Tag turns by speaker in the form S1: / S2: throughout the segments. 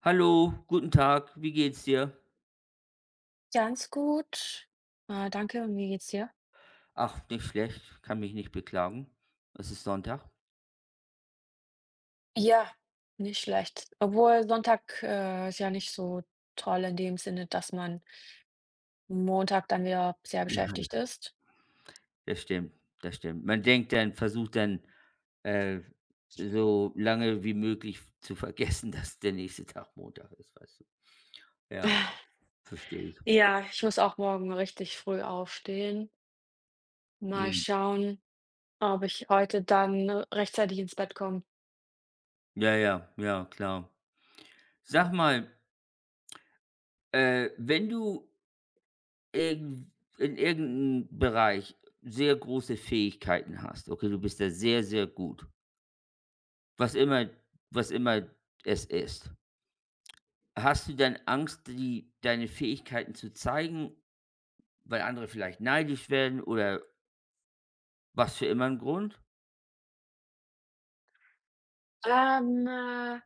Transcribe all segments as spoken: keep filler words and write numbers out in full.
S1: Hallo, guten Tag, wie geht's dir?
S2: Ganz gut. Äh, danke. Und wie geht's dir?
S1: Ach, nicht schlecht, kann mich nicht beklagen. Es ist Sonntag.
S2: Ja, nicht schlecht. Obwohl Sonntag, äh, ist ja nicht so toll in dem Sinne, dass man Montag dann wieder sehr
S1: Ja.
S2: beschäftigt ist.
S1: Das stimmt, das stimmt. Man denkt dann versucht dann, äh, so lange wie möglich zu vergessen, dass der nächste Tag Montag ist, weißt du? Ja, verstehe ich.
S2: Ja, ich muss auch morgen richtig früh aufstehen. Mal
S1: Mhm.
S2: schauen, ob ich heute dann rechtzeitig ins Bett komme.
S1: Ja, ja, ja, klar. Sag mal, äh, wenn du irgend in irgendeinem Bereich sehr große Fähigkeiten hast, okay? Du bist da sehr, sehr gut. Was immer was immer es ist. Hast du denn Angst, die deine Fähigkeiten zu zeigen, weil andere vielleicht neidisch werden oder was für immer ein Grund?
S2: Ähm, äh,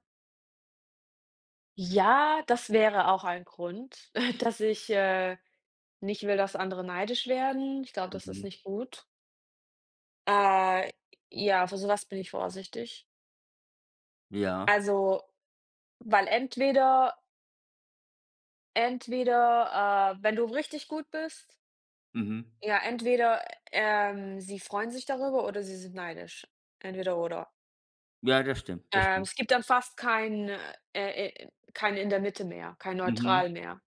S2: ja, das wäre auch ein Grund, dass ich, äh, nicht will, dass andere neidisch werden. Ich glaube, das ist
S1: Mhm.
S2: nicht gut. Äh, ja, für sowas bin ich vorsichtig.
S1: Ja,
S2: Also, weil entweder entweder, äh, wenn du richtig gut bist,
S1: mhm.
S2: ja, entweder, ähm, sie freuen sich darüber oder sie sind neidisch. Entweder oder.
S1: Ja, das stimmt, das
S2: Ähm,
S1: stimmt.
S2: es gibt dann fast kein, äh, äh, kein in der Mitte mehr, kein
S1: Mhm.
S2: Neutral mehr.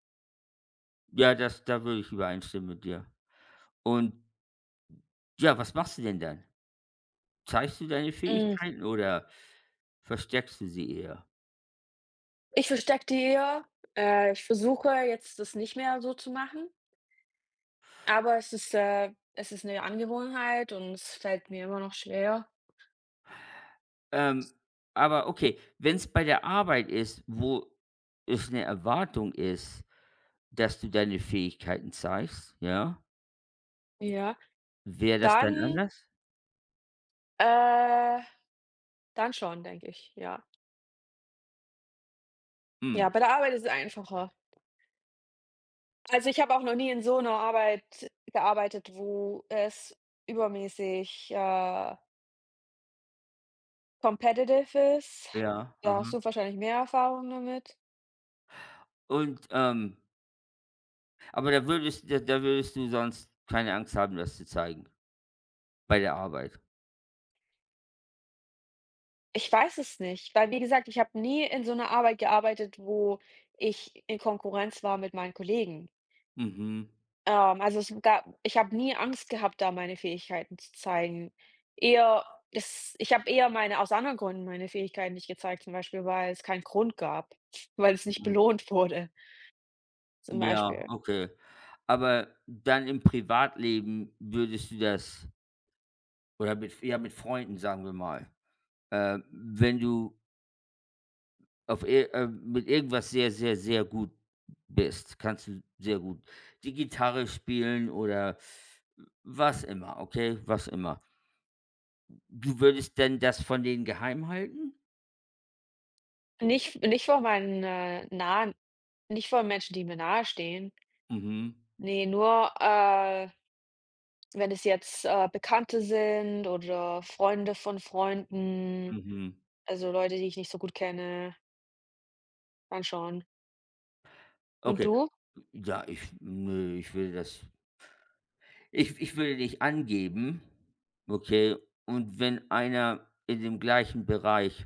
S1: Ja, das da würde ich übereinstimmen mit dir. Und ja, was machst du denn dann? Zeigst du deine
S2: Hm,
S1: Fähigkeiten oder versteckst du sie eher?
S2: ich verstecke die eher. Äh, ich versuche jetzt, das nicht mehr so zu machen, aber es ist, äh es ist eine Angewohnheit und es fällt mir immer noch schwer.
S1: Ähm, aber okay, wenn es bei der Arbeit ist, wo es eine Erwartung ist, dass du deine Fähigkeiten zeigst, ja.
S2: Ja.
S1: Wäre das dann
S2: Dann
S1: anders?
S2: Äh, dann schon, denke ich, ja.
S1: Hm,
S2: Ja, bei der Arbeit ist es einfacher. Also, ich habe auch noch nie in so 'ner Arbeit gearbeitet, wo es übermäßig, äh, competitive ist.
S1: ja,
S2: Da
S1: aha.
S2: hast du wahrscheinlich mehr Erfahrung damit.
S1: Und, ähm aber da würdest da da würdest du sonst keine Angst haben, das zu zeigen bei der Arbeit?
S2: Ich weiß es nicht, weil wie gesagt, ich habe nie in so 'ner Arbeit gearbeitet, wo ich in Konkurrenz war mit meinen Kollegen.
S1: Mhm,
S2: Ähm, also, es gab ich habe nie Angst gehabt, da meine Fähigkeiten zu zeigen. Eher das ich habe eher meine aus anderen Gründen meine Fähigkeiten nicht gezeigt, zum Beispiel, weil es keinen Grund gab, weil es nicht
S1: mhm.
S2: belohnt wurde, zum
S1: Ja,
S2: Beispiel.
S1: okay. Aber dann im Privatleben würdest du das, oder mit, ja, mit Freunden, sagen wir mal, äh, wenn du Auf ir äh, mit irgendwas sehr, sehr, sehr gut bist? Kannst du sehr gut die Gitarre spielen oder was immer, okay? Was immer. Du würdest denn das von denen geheim halten?
S2: Nicht nicht vor meinen, äh, nahen nicht vor Menschen, die mir nahestehen.
S1: Mhm,
S2: Ne, nur, äh, wenn es jetzt, äh, Bekannte sind oder Freunde von Freunden,
S1: mhm.
S2: also Leute, die ich nicht so gut kenne, dann schon. Und
S1: Okay.
S2: du?
S1: Ja, ich, ne, ich will das, ich ich würde dich angeben, okay? Und wenn einer in dem gleichen Bereich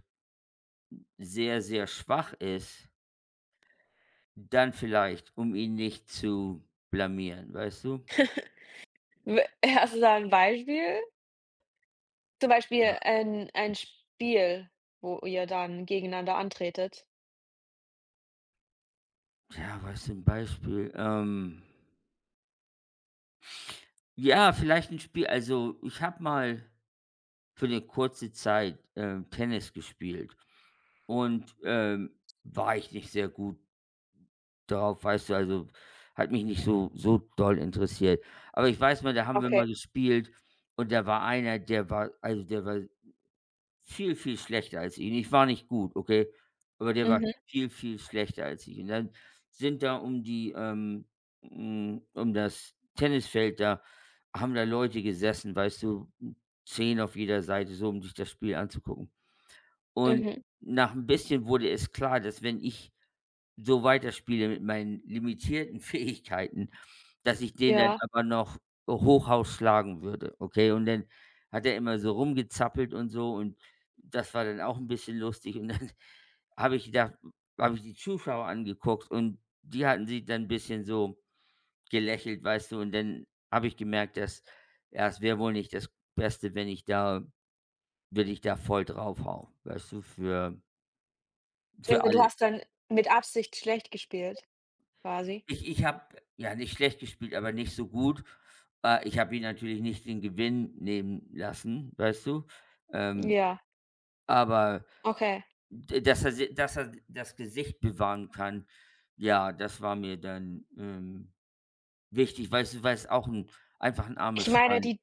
S1: sehr, sehr schwach ist, dann vielleicht, um ihn nicht zu blamieren, weißt du?
S2: W hast du da ein Beispiel? Zum Beispiel ein ein Spiel, wo ihr dann gegeneinander antretet?
S1: Ja, was für 'n Beispiel? Ähm, ja, vielleicht ein Spiel. Also, ich habe mal für eine kurze Zeit, ähm, Tennis gespielt und, ähm, war ich nicht sehr gut drauf, weißt du? Also, hat mich nicht so so doll interessiert. Aber ich weiß mal, da haben wir
S2: Okay.
S1: mal gespielt und da war einer, der war also, der war viel, viel schlechter als ihn. Ich war nicht gut, okay? Aber der war
S2: Mhm,
S1: viel, viel schlechter als ich. Und dann sind da um die, ähm, hm, um das Tennisfeld da haben da Leute gesessen, weißt du, zehn auf jeder Seite, so um sich das Spiel anzugucken. Und
S2: mhm,
S1: nach ein bisschen wurde es klar, dass, wenn ich so weiterspiele mit meinen limitierten Fähigkeiten, dass ich den dann
S2: ja.
S1: aber noch Hochhaus schlagen würde, okay? Und dann hat er immer so rumgezappelt und so und das war dann auch 'n bisschen lustig, und dann habe ich gedacht, habe ich die Zuschauer angeguckt und die hatten sich dann 'n bisschen so gelächelt, weißt du? Und dann habe ich gemerkt, dass, ja, es wäre wohl nicht das Beste, wenn ich da wenn ich da voll draufhaue, weißt du, für für
S2: Also, du
S1: alle.
S2: hast dann mit Absicht schlecht gespielt quasi?
S1: Ich ich habe, ja, nicht schlecht gespielt, aber nicht so gut. Äh, ich habe ihn natürlich nicht den Gewinn nehmen lassen, weißt du? Ähm,
S2: Ja,
S1: aber
S2: okay.
S1: d dass er si dass er das Gesicht bewahren kann, ja, das war mir dann, ähm, wichtig, weißt du, weil es auch ein, einfach ein
S2: Ich
S1: armes
S2: meine,
S1: Schwein,
S2: die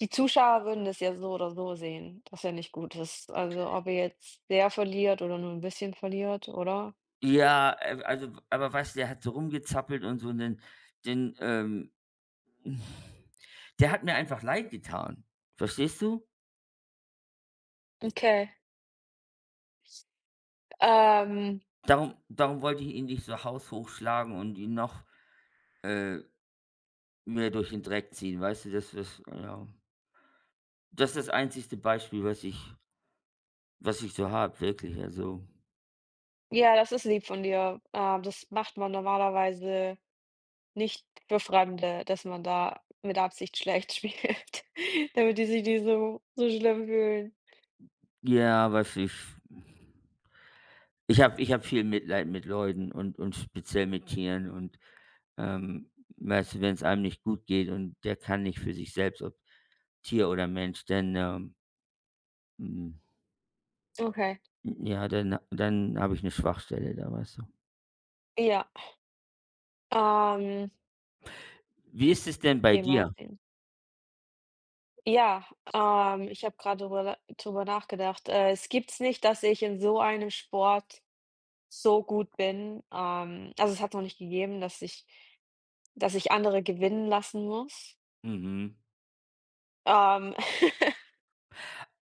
S2: die Zuschauer würden das ja so oder so sehen, dass er nicht gut ist. Also, ob ihr jetzt sehr verliert oder nur ein bisschen verliert, oder?
S1: ja, äh, also, aber weißt du, der hat so rumgezappelt und so und dann dann, ähm der hat mir einfach leid getan, verstehst du?
S2: Okay. Ähm,
S1: Darum darum wollte ich ihn nicht so haushoch schlagen und ihn noch, äh, mir durch den Dreck ziehen, weißt du? Das was, ja. Das ist das einzigste Beispiel, was ich was ich so habe, wirklich, also.
S2: ja, das ist lieb von dir. Ähm, das macht man normalerweise nicht für Fremde, dass man da mit Absicht schlecht spielt, damit die sich nicht so so schlimm fühlen.
S1: Ja, was ich ich habe ich habe viel Mitleid mit Leuten, und und speziell mit Tieren und, ähm, weißt du, wenn es einem nicht gut geht und der kann nicht für sich selbst, ob Tier oder Mensch, dann, ähm, hm,
S2: Okay,
S1: ja, dann dann habe ich eine Schwachstelle da, weißt du?
S2: ja, ähm,
S1: Wie ist es denn bei
S2: okay, mal
S1: dir?
S2: sehen. Ja, ähm, ich habe gerade drüber drüber nachgedacht. Äh, es gibt's nicht, dass ich in so einem Sport so gut bin. Ähm, also, es hat noch nicht gegeben, dass ich dass ich andere gewinnen lassen muss.
S1: Mhm.
S2: Ähm,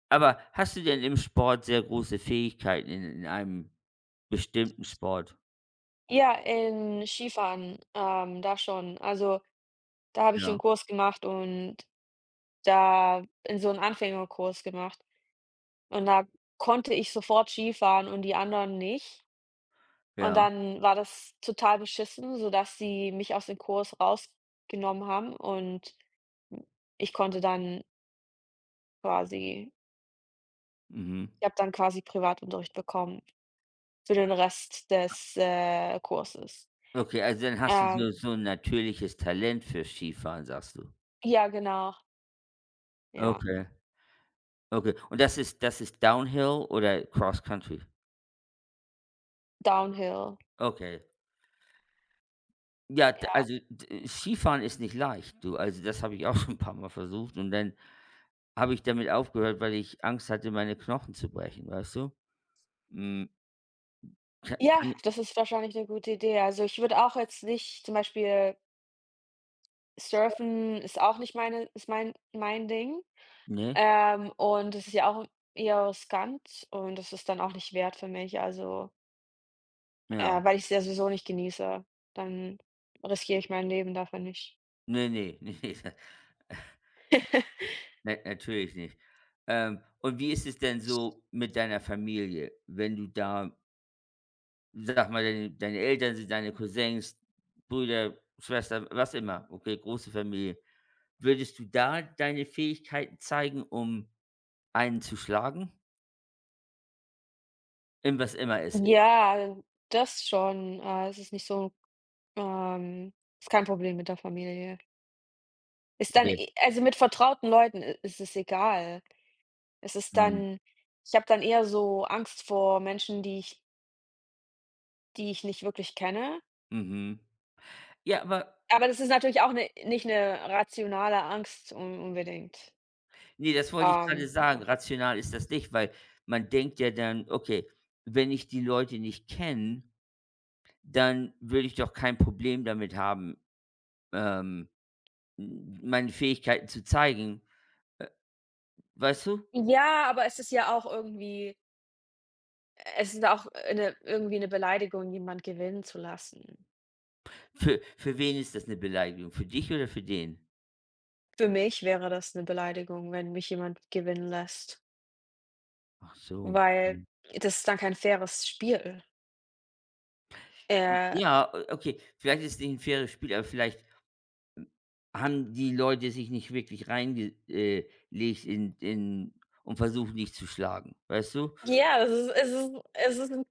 S1: Aber hast du denn im Sport sehr große Fähigkeiten in in einem bestimmten Sport?
S2: ja, in Skifahren, ähm, da schon. Also, da habe ich
S1: Ja,
S2: einen Kurs gemacht und da in so 'n Anfängerkurs gemacht und da konnte ich sofort Skifahren und die anderen nicht. Und
S1: ja.
S2: dann war das total beschissen, sodass sie mich aus dem Kurs rausgenommen haben und ich konnte dann quasi
S1: Mhm.
S2: ich habe dann quasi Privatunterricht bekommen für den Rest des, äh, Kurses.
S1: Okay, also dann hast du
S2: Ähm,
S1: so so ein natürliches Talent für Skifahren, sagst du?
S2: ja, genau, ja,
S1: Okay, okay. Und das ist das ist Downhill oder Cross Country?
S2: Downhill,
S1: Okay. Ja, d
S2: ja.
S1: also, d Skifahren ist nicht leicht, du. Also, das habe ich auch schon ein paar mal versucht und dann habe ich damit aufgehört, weil ich Angst hatte, meine Knochen zu brechen, weißt du? Hm, ka
S2: Ja,
S1: kann
S2: das ist wahrscheinlich 'ne gute Idee. Also, ich würde auch jetzt nicht zum Beispiel Surfen ist auch nicht meine ist mein mein Ding.
S1: ne?
S2: Ähm, und es ist ja auch eher riskant und das ist dann auch nicht wert für mich, also,
S1: Ja.
S2: äh, weil ich's ja sowieso nicht genieße, dann riskiere ich mein Leben dafür nicht.
S1: Ne, ne, ne, ne. Ne, natürlich nicht. Ähm, und wie ist es denn so mit deiner Familie, wenn du da sag mal, deine deine Eltern sind, deine Cousins, Brüder, Schwestern, was immer, okay, große Familie. Würdest du da deine Fähigkeiten zeigen, um einen zu schlagen? In was immer es ist.
S2: Ja, das schon. Äh, es ist nicht so ähm, ist kein Problem mit der Familie. Ist dann
S1: Okay.
S2: e also, mit vertrauten Leuten i ist es egal. Es ist
S1: Mhm.
S2: dann ich habe dann eher so Angst vor Menschen, die ich die ich nicht wirklich kenne.
S1: Mhm. Ja, aber.
S2: Aber das ist natürlich auch 'ne nicht 'ne rationale Angst un unbedingt.
S1: Nee, das wollte ich gerade
S2: Ähm,
S1: sagen,
S2: ja.
S1: rational ist das nicht, weil man denkt ja dann: „Okay, wenn ich die Leute nicht kenne, dann würde ich doch kein Problem damit haben, ähm, meine Fähigkeiten zu zeigen. Äh, weißt du?"
S2: Ja, aber es ist ja auch irgendwie es ist auch, äh, 'ne irgendwie 'ne Beleidigung, jemand gewinnen zu lassen.
S1: Für für wen ist das eine Beleidigung? Für dich oder für den?
S2: Für mich wäre das 'ne Beleidigung, wenn mich jemand gewinnen lässt,
S1: Ach so.
S2: weil
S1: Mhm.
S2: das ist dann kein faires Spiel. Äh,
S1: Ja, o okay, vielleicht ist es nicht 'n faires Spiel, aber vielleicht haben die Leute sich nicht wirklich reinge äh, legt in in und versuchen, dich zu schlagen, weißt du?
S2: ja, es ist es ist es ist 'n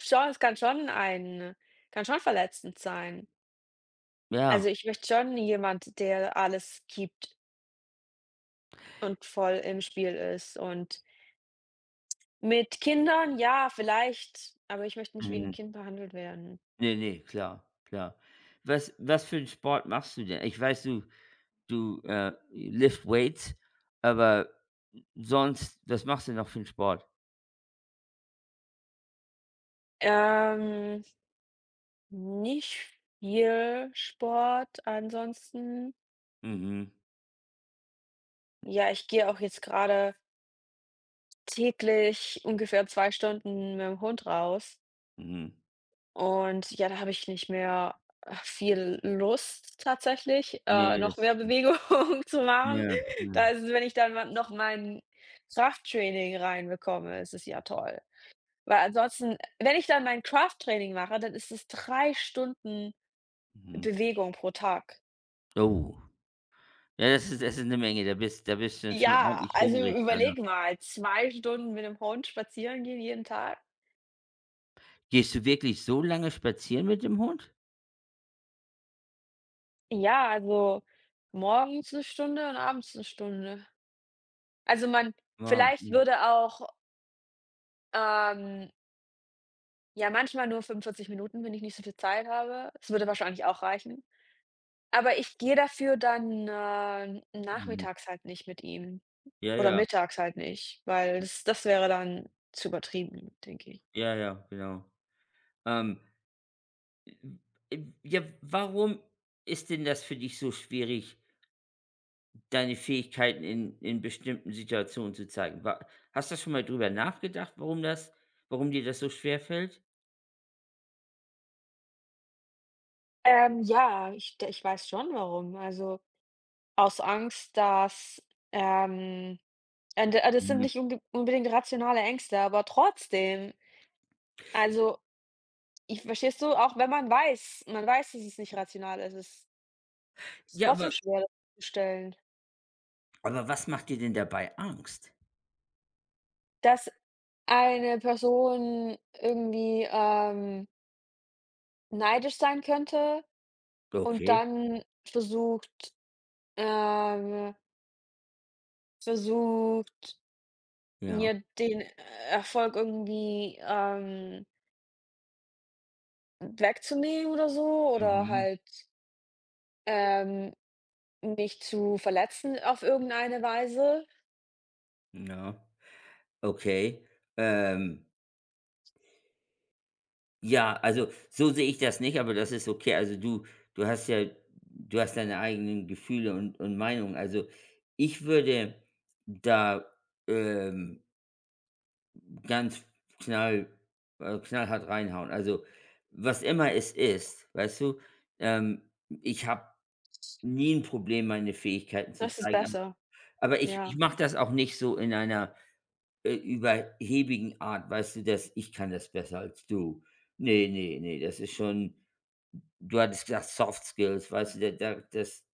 S2: schon es kann schon ein kann schon verletzend sein. Also,
S1: Ja.
S2: ich möchte schon jemand, der alles gibt und voll im Spiel ist. Und mit Kindern, ja, vielleicht, aber ich möchte nicht wie ein
S1: Mhm.
S2: Kind behandelt werden.
S1: Ne, ne, klar, klar. Was was für einen Sport machst du denn? Ich weiß, du, du, äh, lift weights, aber sonst, was machst du noch für 'n Sport?
S2: Ähm, Nicht viel Sport ansonsten.
S1: Mhm,
S2: Ja, ich gehe auch jetzt gerade täglich ungefähr zwei Stunden mit dem Hund raus
S1: mhm.
S2: und ja, da habe ich nicht mehr äh, viel Lust tatsächlich, äh,
S1: Ne,
S2: noch
S1: das.
S2: mehr Bewegung zu machen.
S1: Ja,
S2: Da
S1: ja.
S2: ist es wenn ich dann mal noch mein Krafttraining reinbekomme, ist es ja toll. Weil ansonsten wenn ich dann mein Krafttraining mache, dann ist es drei Stunden
S1: Mhm.
S2: Bewegung pro Tag.
S1: Oh. Ja, das ist das ist 'ne Menge. Da bist da bist du dann schon
S2: Ja,
S1: ordentlich
S2: also
S1: hungrig, also.
S2: überleg mal, zwei Stunden mit dem Hund spazieren gehen jeden Tag?
S1: Gehst du wirklich so lange spazieren mit dem Hund?
S2: Ja, also morgens eine Stunde und abends eine Stunde. Also man
S1: Wow,
S2: vielleicht
S1: mhm,
S2: würde auch, ähm ja, manchmal nur fünfundvierzig Minuten, wenn ich nicht so viel Zeit habe. Das würde wahrscheinlich auch reichen. Aber ich gehe dafür dann, äh,
S1: mhm.
S2: nachmittags halt nicht mit ihm.
S1: Ja,
S2: Oder
S1: ja,
S2: mittags halt nicht, weil das das wäre dann zu übertrieben, denke ich.
S1: ja, ja, genau. Ähm, äh, ja, warum ist denn das für dich so schwierig, deine Fähigkeiten in in bestimmten Situationen zu zeigen? Wa hast du schon mal drüber nachgedacht, warum das warum dir das so schwerfällt?
S2: Ähm, ja, ich d ich weiß schon warum. Also, aus Angst, dass, ähm und, äh, das sind
S1: Mhm.
S2: nicht unbe unbedingt rationale Ängste, aber trotzdem. Also, ich verstehst du? Auch wenn man weiß man weiß, dass es nicht rational ist, es ist
S1: Ja, aber.
S2: trotzdem schwer, das zu stellen,
S1: Aber was macht dir denn dabei Angst?
S2: dass eine Person irgendwie, ähm, neidisch sein könnte und
S1: Okay,
S2: dann versucht Ähm, versucht,
S1: ja.
S2: mir den äh, Erfolg irgendwie, ähm, wegzunehmen oder so oder
S1: Mhm.
S2: halt, ähm, mich zu verletzen auf irgendeine Weise.
S1: Ja, okay. Ähm, ja, also, so sehe ich das nicht, aber das ist okay. Also, du du hast ja du hast deine eigenen Gefühle und und Meinungen. Also, ich würde da, ähm, ganz knall äh, knallhart reinhauen. Also, was immer es ist, weißt du? Ähm, ich habe nie ein Problem, meine Fähigkeiten zu
S2: Das ist
S1: zeigen.
S2: besser,
S1: Aber ich ich
S2: ja.
S1: mache das auch nicht so in einer, äh, überheblichen Art, weißt du, dass ich kann das besser als du. Ne, ne, ne, das ist schon, du hattest gesagt Soft Skills, weißt du, da da das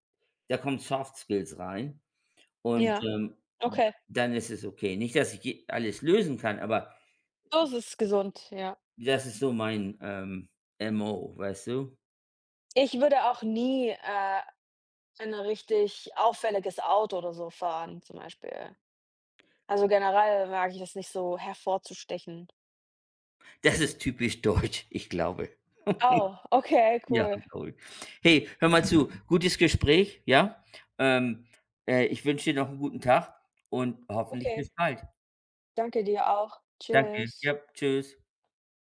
S1: da kommen Soft Skills rein und,
S2: Ja,
S1: ähm, d
S2: okay.
S1: dann ist es okay. Nicht, dass ich je alles lösen kann, aber
S2: So ist es gesund, ja.
S1: das ist so mein, ähm, M O, weißt du?
S2: Ich würde auch nie, äh, 'n richtig auffälliges Auto oder so fahren zum Beispiel. Also, generell mag ich das nicht so hervorzustechen.
S1: Das ist typisch deutsch, ich glaube.
S2: Oh, okay,
S1: Ja,
S2: cool.
S1: glaube ich. Hey, hör mal zu, gutes Gespräch, ja? Ähm, äh, ich wünsche dir noch einen guten Tag und hoffentlich
S2: Okay.
S1: bis bald.
S2: Danke dir auch.
S1: Danke. Ja,
S2: Tschüss.
S1: tschüss.